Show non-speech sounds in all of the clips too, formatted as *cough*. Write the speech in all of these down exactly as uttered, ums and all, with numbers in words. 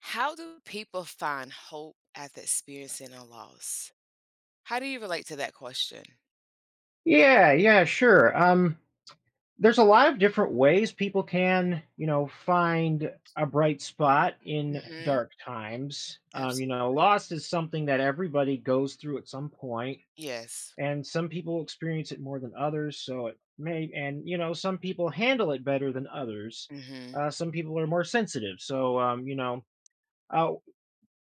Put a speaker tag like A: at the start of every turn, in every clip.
A: How do people find hope after experiencing a loss? How do you relate to that question?
B: Yeah, yeah, sure. Um, There's a lot of different ways people can, you know, find a bright spot in
A: Mhm.
B: dark times. Um, you
A: Absolutely.
B: know, loss is something that everybody goes through at some point,
A: Yes.
B: and some people experience it more than others. So it may, and you know, some people handle it better than others.
A: Mhm.
B: Uh, some people are more sensitive. So, um, you know, uh,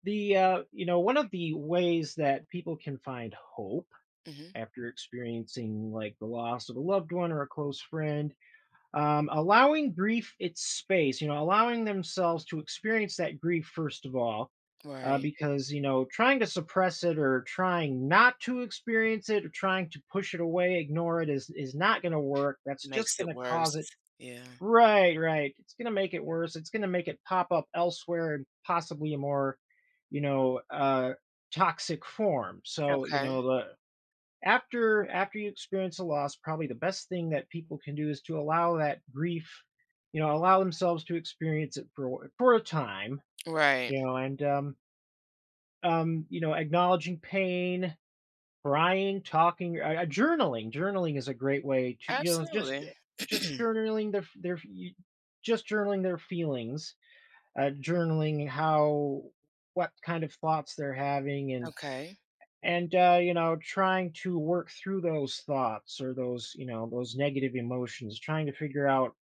B: the uh, you know, one of the ways that people can find hope
A: Mhm.
B: after experiencing like the loss of a loved one or a close friend um, allowing grief its space, you know allowing themselves to experience that grief first of all, uh,
A: Right.
B: because you know trying to suppress it or trying not to experience it or trying to push it away, ignore it, is is not going to work. That's just
A: Makes
B: going
A: it
B: to cause
A: worse.
B: it.
A: Yeah.
B: Right, right, it's going to make it worse, it's going to make it pop up elsewhere and possibly a more you know uh toxic form. so you
A: Okay.
B: know the after after you experience a loss, probably the best thing that people can do is to allow that grief, you know allow themselves to experience it for for a time,
A: Right.
B: you know and um um you know acknowledging pain, crying, talking, uh, uh, journaling journaling is a great way to you know just
A: Absolutely.
B: just
A: *clears throat*
B: journaling their their y- just journaling their feelings, uh journaling how, what kind of thoughts they're having, and
A: Okay.
B: and uh, you know trying to work through those thoughts or those you know those negative emotions, trying to figure out,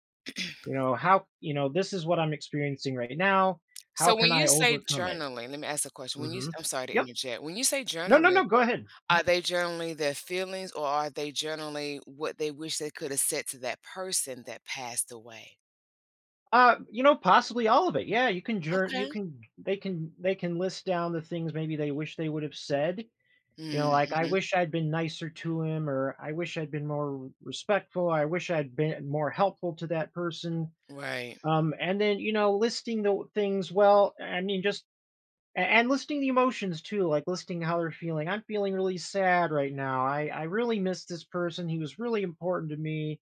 B: you know how you know this is what I'm experiencing right now, how
A: So when
B: can I
A: you say
B: overcome it.
A: journaling, let me ask a question. When you s
B: hmm
A: I'm sorry to
B: yep,
A: interject. When you say
B: no, no,
A: journaling,
B: no, go ahead.
A: are they journaling their feelings or are they journaling what they wish they could have said to that person that passed away?
B: uh you know possibly all of it, yeah. You can jour- you
A: Okay.
B: can, they can, they can list down the things maybe they wish they would have said, you know, like, I
A: Mhm.
B: wish I'd been nicer to him, or I wish I'd been more respectful, I wish I'd been more helpful to that person.
A: Right.
B: Um, and then, you know, listing the things, well, I mean, just a- and listing the emotions too, like listing how they're feeling. I'm feeling really sad right now. I I really miss this person. He was really important to me.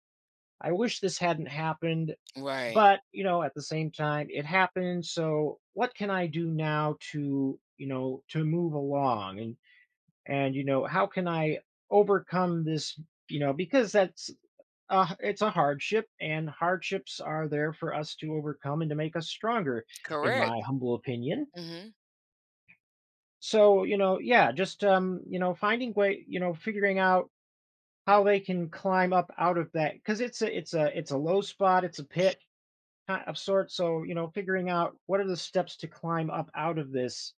B: I wish this hadn't happened,
A: Right.
B: but you know, at the same time, it happened. So, what can I do now to, you know, to move along and and you know, how can I overcome this, you know, because that's uh, it's a hardship, and hardships are there for us to overcome and to make us stronger, in my
A: Correct.
B: humble opinion.
A: Mhm.
B: So, you know, yeah, just um, you know, finding way, you know, figuring out how they can climb up out of that, because it's a it's a it's a low spot, it's a pit ki- of sorts. So, you know, figuring out what are the steps to climb up out of this.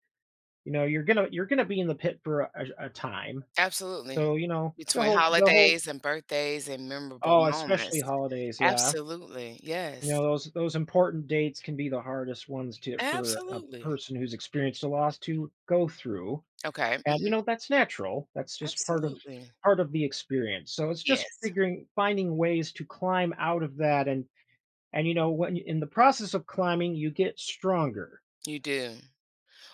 B: You know, you're gonna you're gonna be in the pit for a, a a time.
A: Absolutely.
B: So, you know, the
A: Between
B: whole the whole,
A: holidays and birthdays and memorable
B: oh, especially
A: moments.
B: holidays, yeah.
A: Absolutely.
B: You
A: Yes.
B: know, those those important dates can be the hardest ones to, for a
A: Absolutely.
B: person who's experienced a loss, to go through,
A: Okay.
B: and, you
A: Mhm.
B: know, that's natural. That's just part of
A: Absolutely.
B: part of the experience. So it's just
A: Yes.
B: figuring finding ways to climb out of that, and and, you know, when in the process of climbing, you get stronger.
A: You do.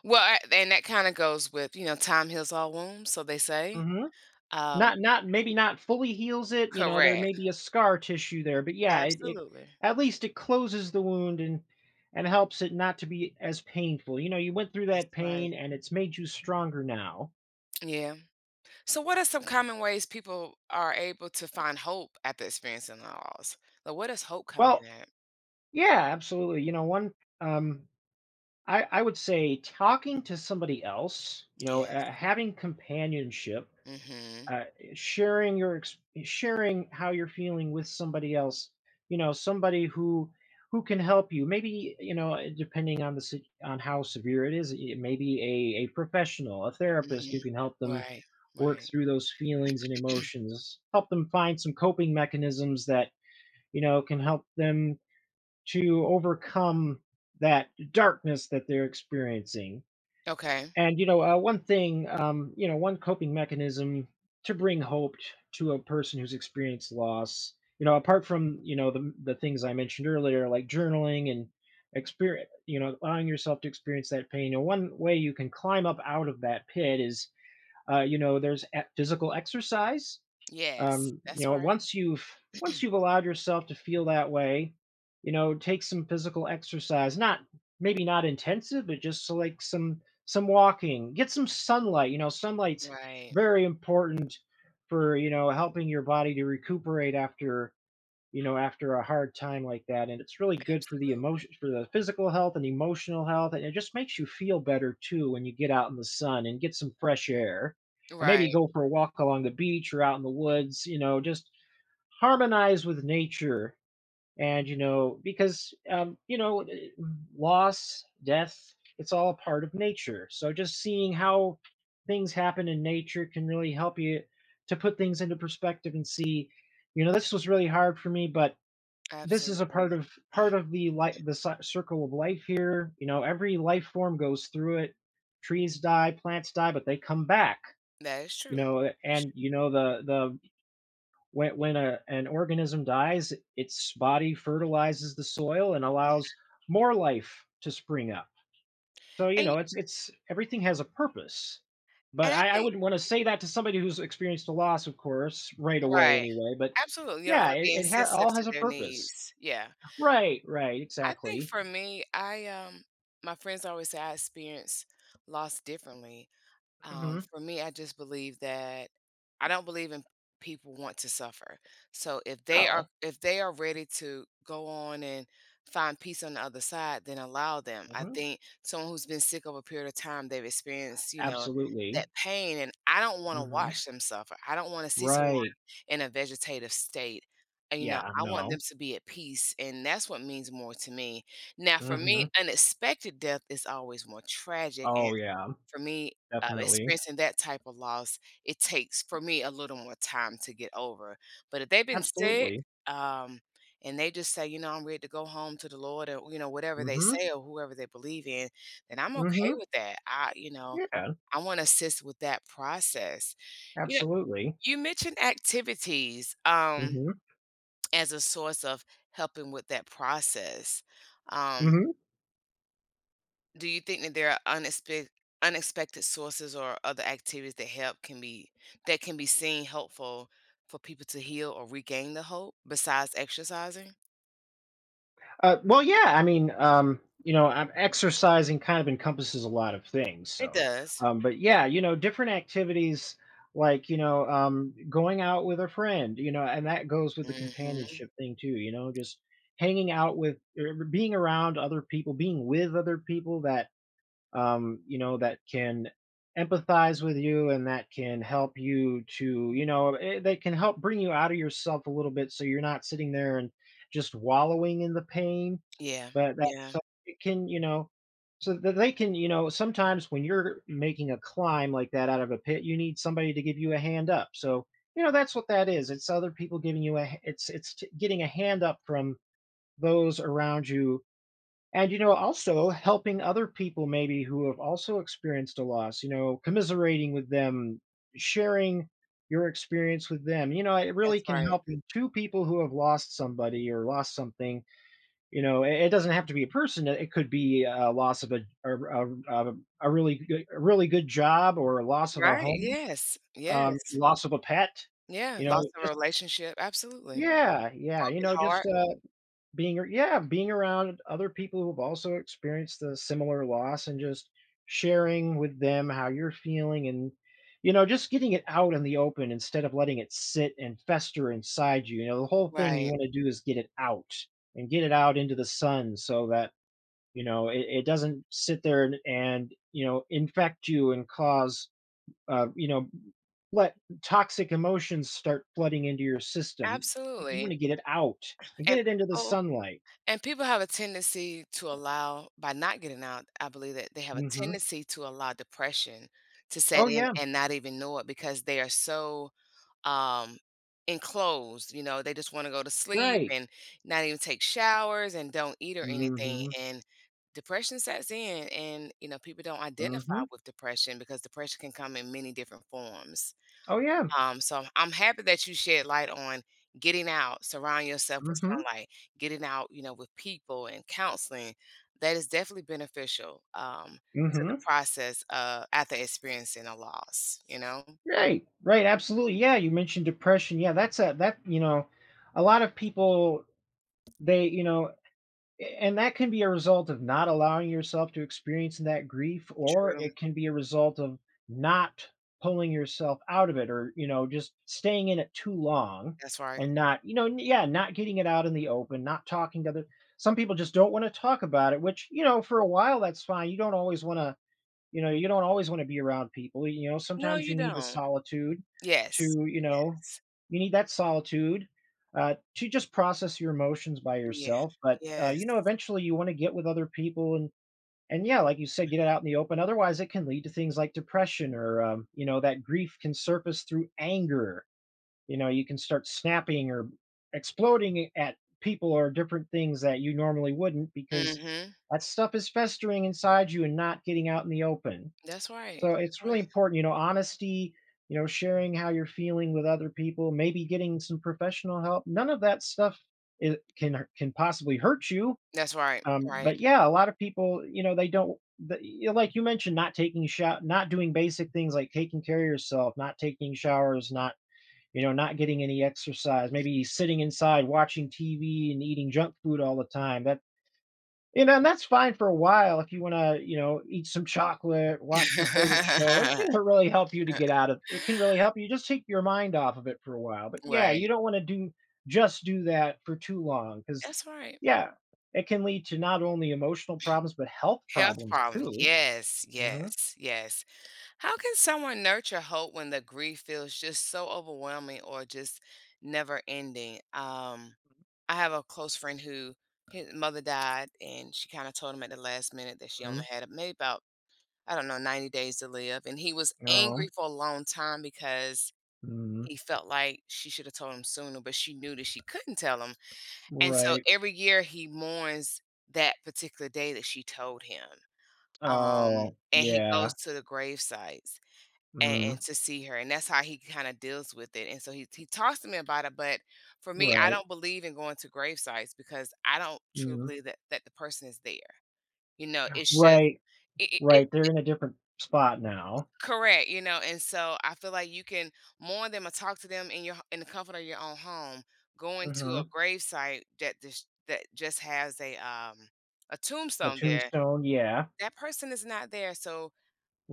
A: Well, I and that kinda goes with, you know, "Time heals all wounds," so they say.
B: Mhm.
A: Um,
B: Not, not maybe not fully heals it, you know, there may
A: correct.
B: be a scar tissue there, but yeah, it it
A: Absolutely.
B: at least it closes the wound and and helps it not to be as painful. You know, you went through
A: That's
B: that
A: right.
B: pain and it's made you stronger now.
A: Yeah. So what are some common ways people are able to find hope after experiencing loss? Like, where does hope come in
B: Well,
A: at?
B: yeah, absolutely. You know, one um I I would say talking to somebody else, you know,
A: Yes.
B: uh, having companionship,
A: Mhm.
B: uh, sharing your ex- sharing how you're feeling with somebody else, you know, somebody who who can help you, maybe, you know, uh, depending on the sit- on how severe it is, it may be a, a professional, a therapist, who
A: Mhm.
B: can help them
A: Right,
B: work
A: right.
B: through those feelings and emotions, help them find some coping mechanisms that, you know, can help them to overcome that darkness that they're experiencing.
A: Okay.
B: And you know, uh, one thing, um, you know, one coping mechanism to bring hope t- to a person who's experienced loss, you know, apart from, you know, the the things I mentioned earlier, like journaling and experience, you know, allowing yourself to experience that pain. You know, one way you can climb up out of that pit is, uh, you know, there's e- physical exercise.
A: Yes,
B: Um, you
A: that's
B: know,
A: right.
B: once you've once you've allowed yourself to feel that way, you know, take some physical exercise. Not, maybe not intensive, but just so like some some walking. Get some sunlight. You know, sunlight's
A: Right.
B: very important for, you know, helping your body to recuperate after, you know, after a hard time like that. And it's really good for the
A: Absolutely.
B: emotion, for the physical health and emotional health. And it just makes you feel better too when you get out in the sun and get some fresh air. And maybe
A: Right.
B: go for a walk along the beach or out in the woods, you know, just harmonize with nature. And, you know, because, um, you know, eh, loss, death, it's all a part of nature. So just seeing how things happen in nature can really help you to put things into perspective and see, you know, this was really hard for me, but this is a part
A: Absolutely.
B: of part of the light, the ci- circle of life here. You know, every life form goes through it. Trees die, plants die, but they come back.
A: That is
B: you
A: true.
B: know
A: It's
B: and you know the the when, when a, an organism dies, its body fertilizes the soil and
A: true.
B: allows more life to spring up. So, you
A: And y
B: know, it's it's everything has a purpose. but
A: and I
B: i, I
A: think
B: wouldn't want to say that to somebody who's experienced a loss, of course, right away
A: right.
B: anyway. But
A: Absolutely, you don't
B: yeah,
A: wanna
B: it,
A: be
B: it ha-
A: insensitive
B: all
A: to
B: has a
A: their
B: purpose.
A: needs. Yeah.
B: Right, right,
A: I think
B: exactly.
A: for me, I, um my friends always say I experience loss differently. Um,
B: Mhm.
A: for me, I just believe that I don't believe in people want to suffer. So if they are
B: No.
A: if they are ready to go on and find peace on the other side, then allow them. I
B: Mhm.
A: think someone who's been sick over a period of time, they've experienced, you know, that
B: Absolutely.
A: pain and I don't want to
B: Mhm.
A: watch them suffer. I don't want to see someone
B: Right.
A: in a vegetative state. And, you know,
B: Yeah,
A: I want them
B: no.
A: to be at peace and that's what means more to me. Now for me,
B: Mhm.
A: unexpected death is always more tragic
B: Oh, yeah,
A: for me, uh,
B: definitely.
A: experiencing that type of loss, it takes, for me, a little more time to get over. But if they've been sick,
B: Absolutely.
A: um, and they just say, you know, I'm ready to go home to the Lord, or you know, whatever they
B: Mhm.
A: say, or whoever they believe in, then I'm okay
B: Mhm.
A: with that. I, you know,
B: Yeah,
A: I want to assist with that process. You know,
B: absolutely.
A: you mentioned activities um,
B: Mhm.
A: as a source of helping with that process. Um,
B: Mhm.
A: Do you think that there are unexpected unexpected sources or other activities that help can be that can be seen helpful for people to heal or regain the hope besides exercising?
B: Uh, well, yeah. I mean, um, you know, I'm, exercising kind of encompasses a lot of things.
A: It
B: So,
A: does.
B: um, but yeah, you know, different activities like, you know, um, going out with a friend, you know, and that goes with the
A: Mhm.
B: companionship thing too. You know, just hanging out with, er, being around other people, being with other people that, um, you know, that can empathize with you and that can help you to, you know, eh, that can help bring you out of yourself a little bit so you're not sitting there and just wallowing in the pain.
A: Yeah.
B: But that,
A: Yeah.
B: so it can, you know, so that they can, you know, sometimes when you're making a climb like that out of a pit, you need somebody to give you a hand up. So, you know, that's what that is. It's other people giving you a, h- it's, it's t- getting a hand up from those around you. And, you know, also helping other people maybe who have also experienced a loss, you know, commiserating with them, sharing your experience with them. You know, it really
A: That's
B: can
A: right.
B: help when two people who have lost somebody or lost something, you know, it, it doesn't have to be a person. It it could be a loss of a, a, a, a a really good, a really good job, or a loss of a
A: Right.
B: home,
A: Yes.
B: um,
A: Yes.
B: loss of a pet,
A: Yeah,
B: you
A: loss
B: know,
A: of a
B: just,
A: relationship, absolutely.
B: yeah, yeah. You
A: Broken
B: know, just,
A: heart.
B: uh, being ar yeah, being around other people who've also experienced the similar loss, and just sharing with them how you're feeling, and, you know, just getting it out in the open, instead of letting it sit and fester inside you. You know, the whole thing you
A: Right.
B: wanna do is get it out and get it out into the sun so that, you know, it it doesn't sit there and and, you know, infect you and cause, uh, you know, let toxic emotions start flooding into your system. You
A: Absolutely.
B: wanna get it out and
A: And
B: get it into the
A: people
B: sunlight.
A: And people have a tendency to allow by not getting out, I believe that they have a
B: Mhm.
A: tendency to allow depression to set
B: Oh,
A: in
B: yeah,
A: and not even know it because they are so um enclosed, you know, they just want to go to sleep
B: right.
A: and not even take showers and don't eat or anything
B: Mhm,
A: and depression sets in and you know people don't identify
B: mhm.
A: with depression because depression can come in many different forms.
B: Oh, yeah.
A: Um, so I'm I'm happy that you shed light on getting out, surround yourself with
B: Mhm,
A: sunlight, getting out, you know, with people and counseling. That is definitely beneficial um, to the
B: mhm.
A: process uh, after experiencing a loss, you know?
B: Right, right, absolutely, yeah, you mentioned depression, yeah, that's a that you know, a lot of people, they you know and that can be a result of not allowing yourself to experience that grief, or
A: True.
B: it can be a result of not pulling yourself out of it, or you know just staying in it too long,
A: That's right.
B: and not, you know n- yeah, not getting it out in the open, not talking to other. Some people just don't want to talk about it, which, you know for a while, that's fine. You don't always want to. You know, you don't always wanna be around people, you know,
A: No,
B: sometimes
A: you
B: you need the
A: don't.
B: solitude
A: Yes.
B: to, you know you need that solitude, uh, to just process your emotions by
A: Yeah.
B: yourself. But,
A: Yeah.
B: uh, you
A: Yes.
B: know, eventually you wanna get with other people, and and yeah, like you said, get it out in the open. Otherwise it can lead to things like depression or, um, you know, that grief can surface through anger. You know, you can start snapping or exploding at people or different things that you normally wouldn't, because
A: Mm-hmm.
B: that stuff is festering inside you and not getting out in the open.
A: That's right.
B: So it's
A: That's right.
B: really important, you know, honesty, you know, sharing how you're feeling with other people, maybe getting some professional help. None of that stuff, it can can possibly hurt you.
A: That's right.
B: Um,
A: Right.
B: but yeah, a lot of people, you know, they don't the, you know, like you mentioned, not taking shot, not doing basic things like taking care of yourself, not taking showers, not, you know, not getting any exercise, maybe sitting inside watching T V and eating junk food all the time. That, you know, and that's fine for a while if you wanna, you know, eat some chocolate, watch your favorite show. It can
A: *laughs*
B: really help you to get out of it, can really help you just take your mind off of it for a while. But yeah,
A: Right.
B: you don't wanna do just do that for too long, because
A: That's right.
B: yeah, it can lead to not only emotional problems, but health
A: Health
B: problems
A: problems.
B: too.
A: Yes.
B: Mhm,
A: Yes. Yes. How can someone nurture hope when the grief feels just so overwhelming or just never ending? Um, I have a close friend who his mother died, and she kind of told him at the last minute that she only
B: mhm,
A: had maybe about, I don't know, ninety days to live. And he was Mm. angry
B: no,
A: for a long time because
B: mhm,
A: he felt like she should have told him sooner, but she knew that she couldn't tell him. And so
B: right.
A: every year he mourns that particular day that she told him. Wow. Um,
B: Oh,
A: and he goes
B: yeah,
A: to the grave sites and, and
B: mhm,
A: to see her and that's how he kind of deals with it and so he, he talks to me about it but for me I
B: right,
A: don't believe in going to grave sites because I don't truly
B: mhm,
A: believe that that the person is there, you know, it's just
B: right,
A: it, it,
B: right,
A: it
B: they're in a different spot now.
A: correct, you know, and so I feel like you can mourn them or talk to them in your in the comfort of your own home. Going to a
B: Mhm.
A: grave site that just that just has a um a
B: The
A: tombstone there,
B: tombstone, yeah,
A: that person is not there. So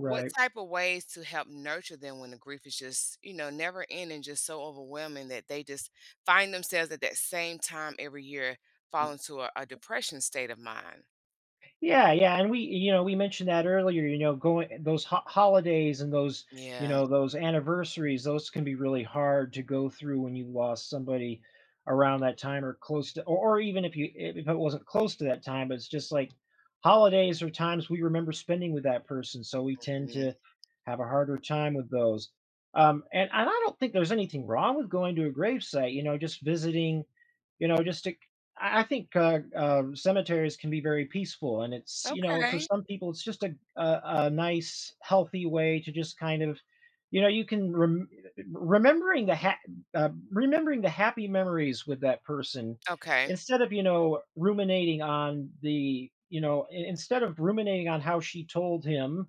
A: what type of ways to help nurture them when the grief is just, you know, never ending, just so overwhelming that they just find themselves at that same time every year fall into a, a depression state of mind?
B: Yeah, yeah, and we you know, we mentioned that earlier, you know, going those ho holidays and those, you
A: Yeah.
B: know, those anniversaries. Those can be really hard to go through when you lost somebody around that time or close to, or or even if you if it wasn't close to that time, but it's just like holidays are times we remember spending with that person, so we tend
A: Mhm.
B: to have a harder time with those. Um, and and I don't think there's anything wrong with going to a gravesite, you know, just visiting. You know, just I I think, uh, um, cemeteries can be very peaceful. And it's you know, for
A: Okay.
B: some people, it's just a a a nice, healthy way to just kind of, you know, you can rem remembering the ha uh, remembering the happy memories with that person,
A: Okay.
B: instead of, you know, ruminating on the, you know, in instead of ruminating on how she told him.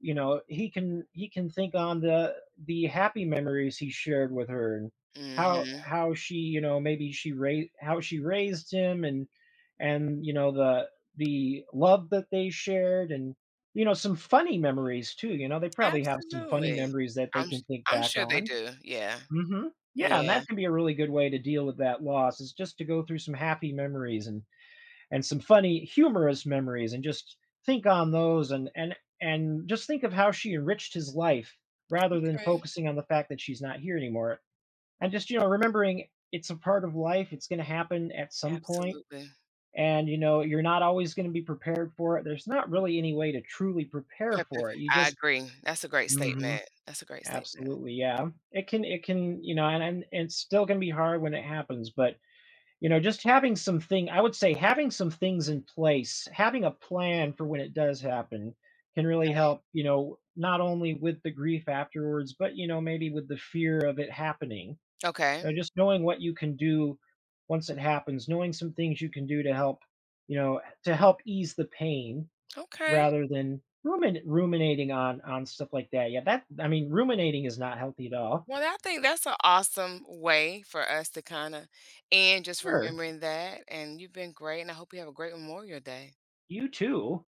B: you know, He can, he can think on the the happy memories he shared with her, and how
A: Hmm.
B: how she, you know, maybe she raised how she raised him, and and you know the the love that they shared, and you know some funny memories too. You know, they probably have some funny
A: Absolutely.
B: memories that they
A: I'm s-
B: can think
A: I'm
B: back
A: sure they
B: on.
A: do. Yeah.
B: Mhm. Yeah, and
A: Yeah.
B: that can be a really good way to deal with that loss is just to go through some happy memories, and and some funny humorous memories, and just think on those, and and and just think of how she enriched his life rather than
A: Okay.
B: focusing on the fact that she's not here anymore, and just you know remembering it's a part of life. It's going to happen at some point,
A: Absolutely.
B: and you know you're not always going to be prepared for it. There's not really any way to truly prepare
A: Pe- pe- pe-
B: for it. You
A: I
B: just.
A: agree. That's a great
B: Hmm.
A: statement. That's a great statement.
B: Absolutely, yeah, it can it can, you know and, and it's still going to be hard when it happens, but, you know just having some thing I would say, having some things in place, having a plan for when it does happen, can really
A: Okay.
B: help, you know not only with the grief afterwards, but you know maybe with the fear of it happening.
A: Okay.
B: You know, just knowing what you can do once it happens, knowing some things you can do to help, you know to help ease the pain,
A: Okay.
B: rather than rumin- ruminating on on stuff like that. Yeah, that I mean, ruminating is not healthy at all.
A: Well, I think that's an awesome way for us to kinda and just
B: Sure.
A: remembering that, and you've been great, and I hope you have a great Memorial Day.
B: You too.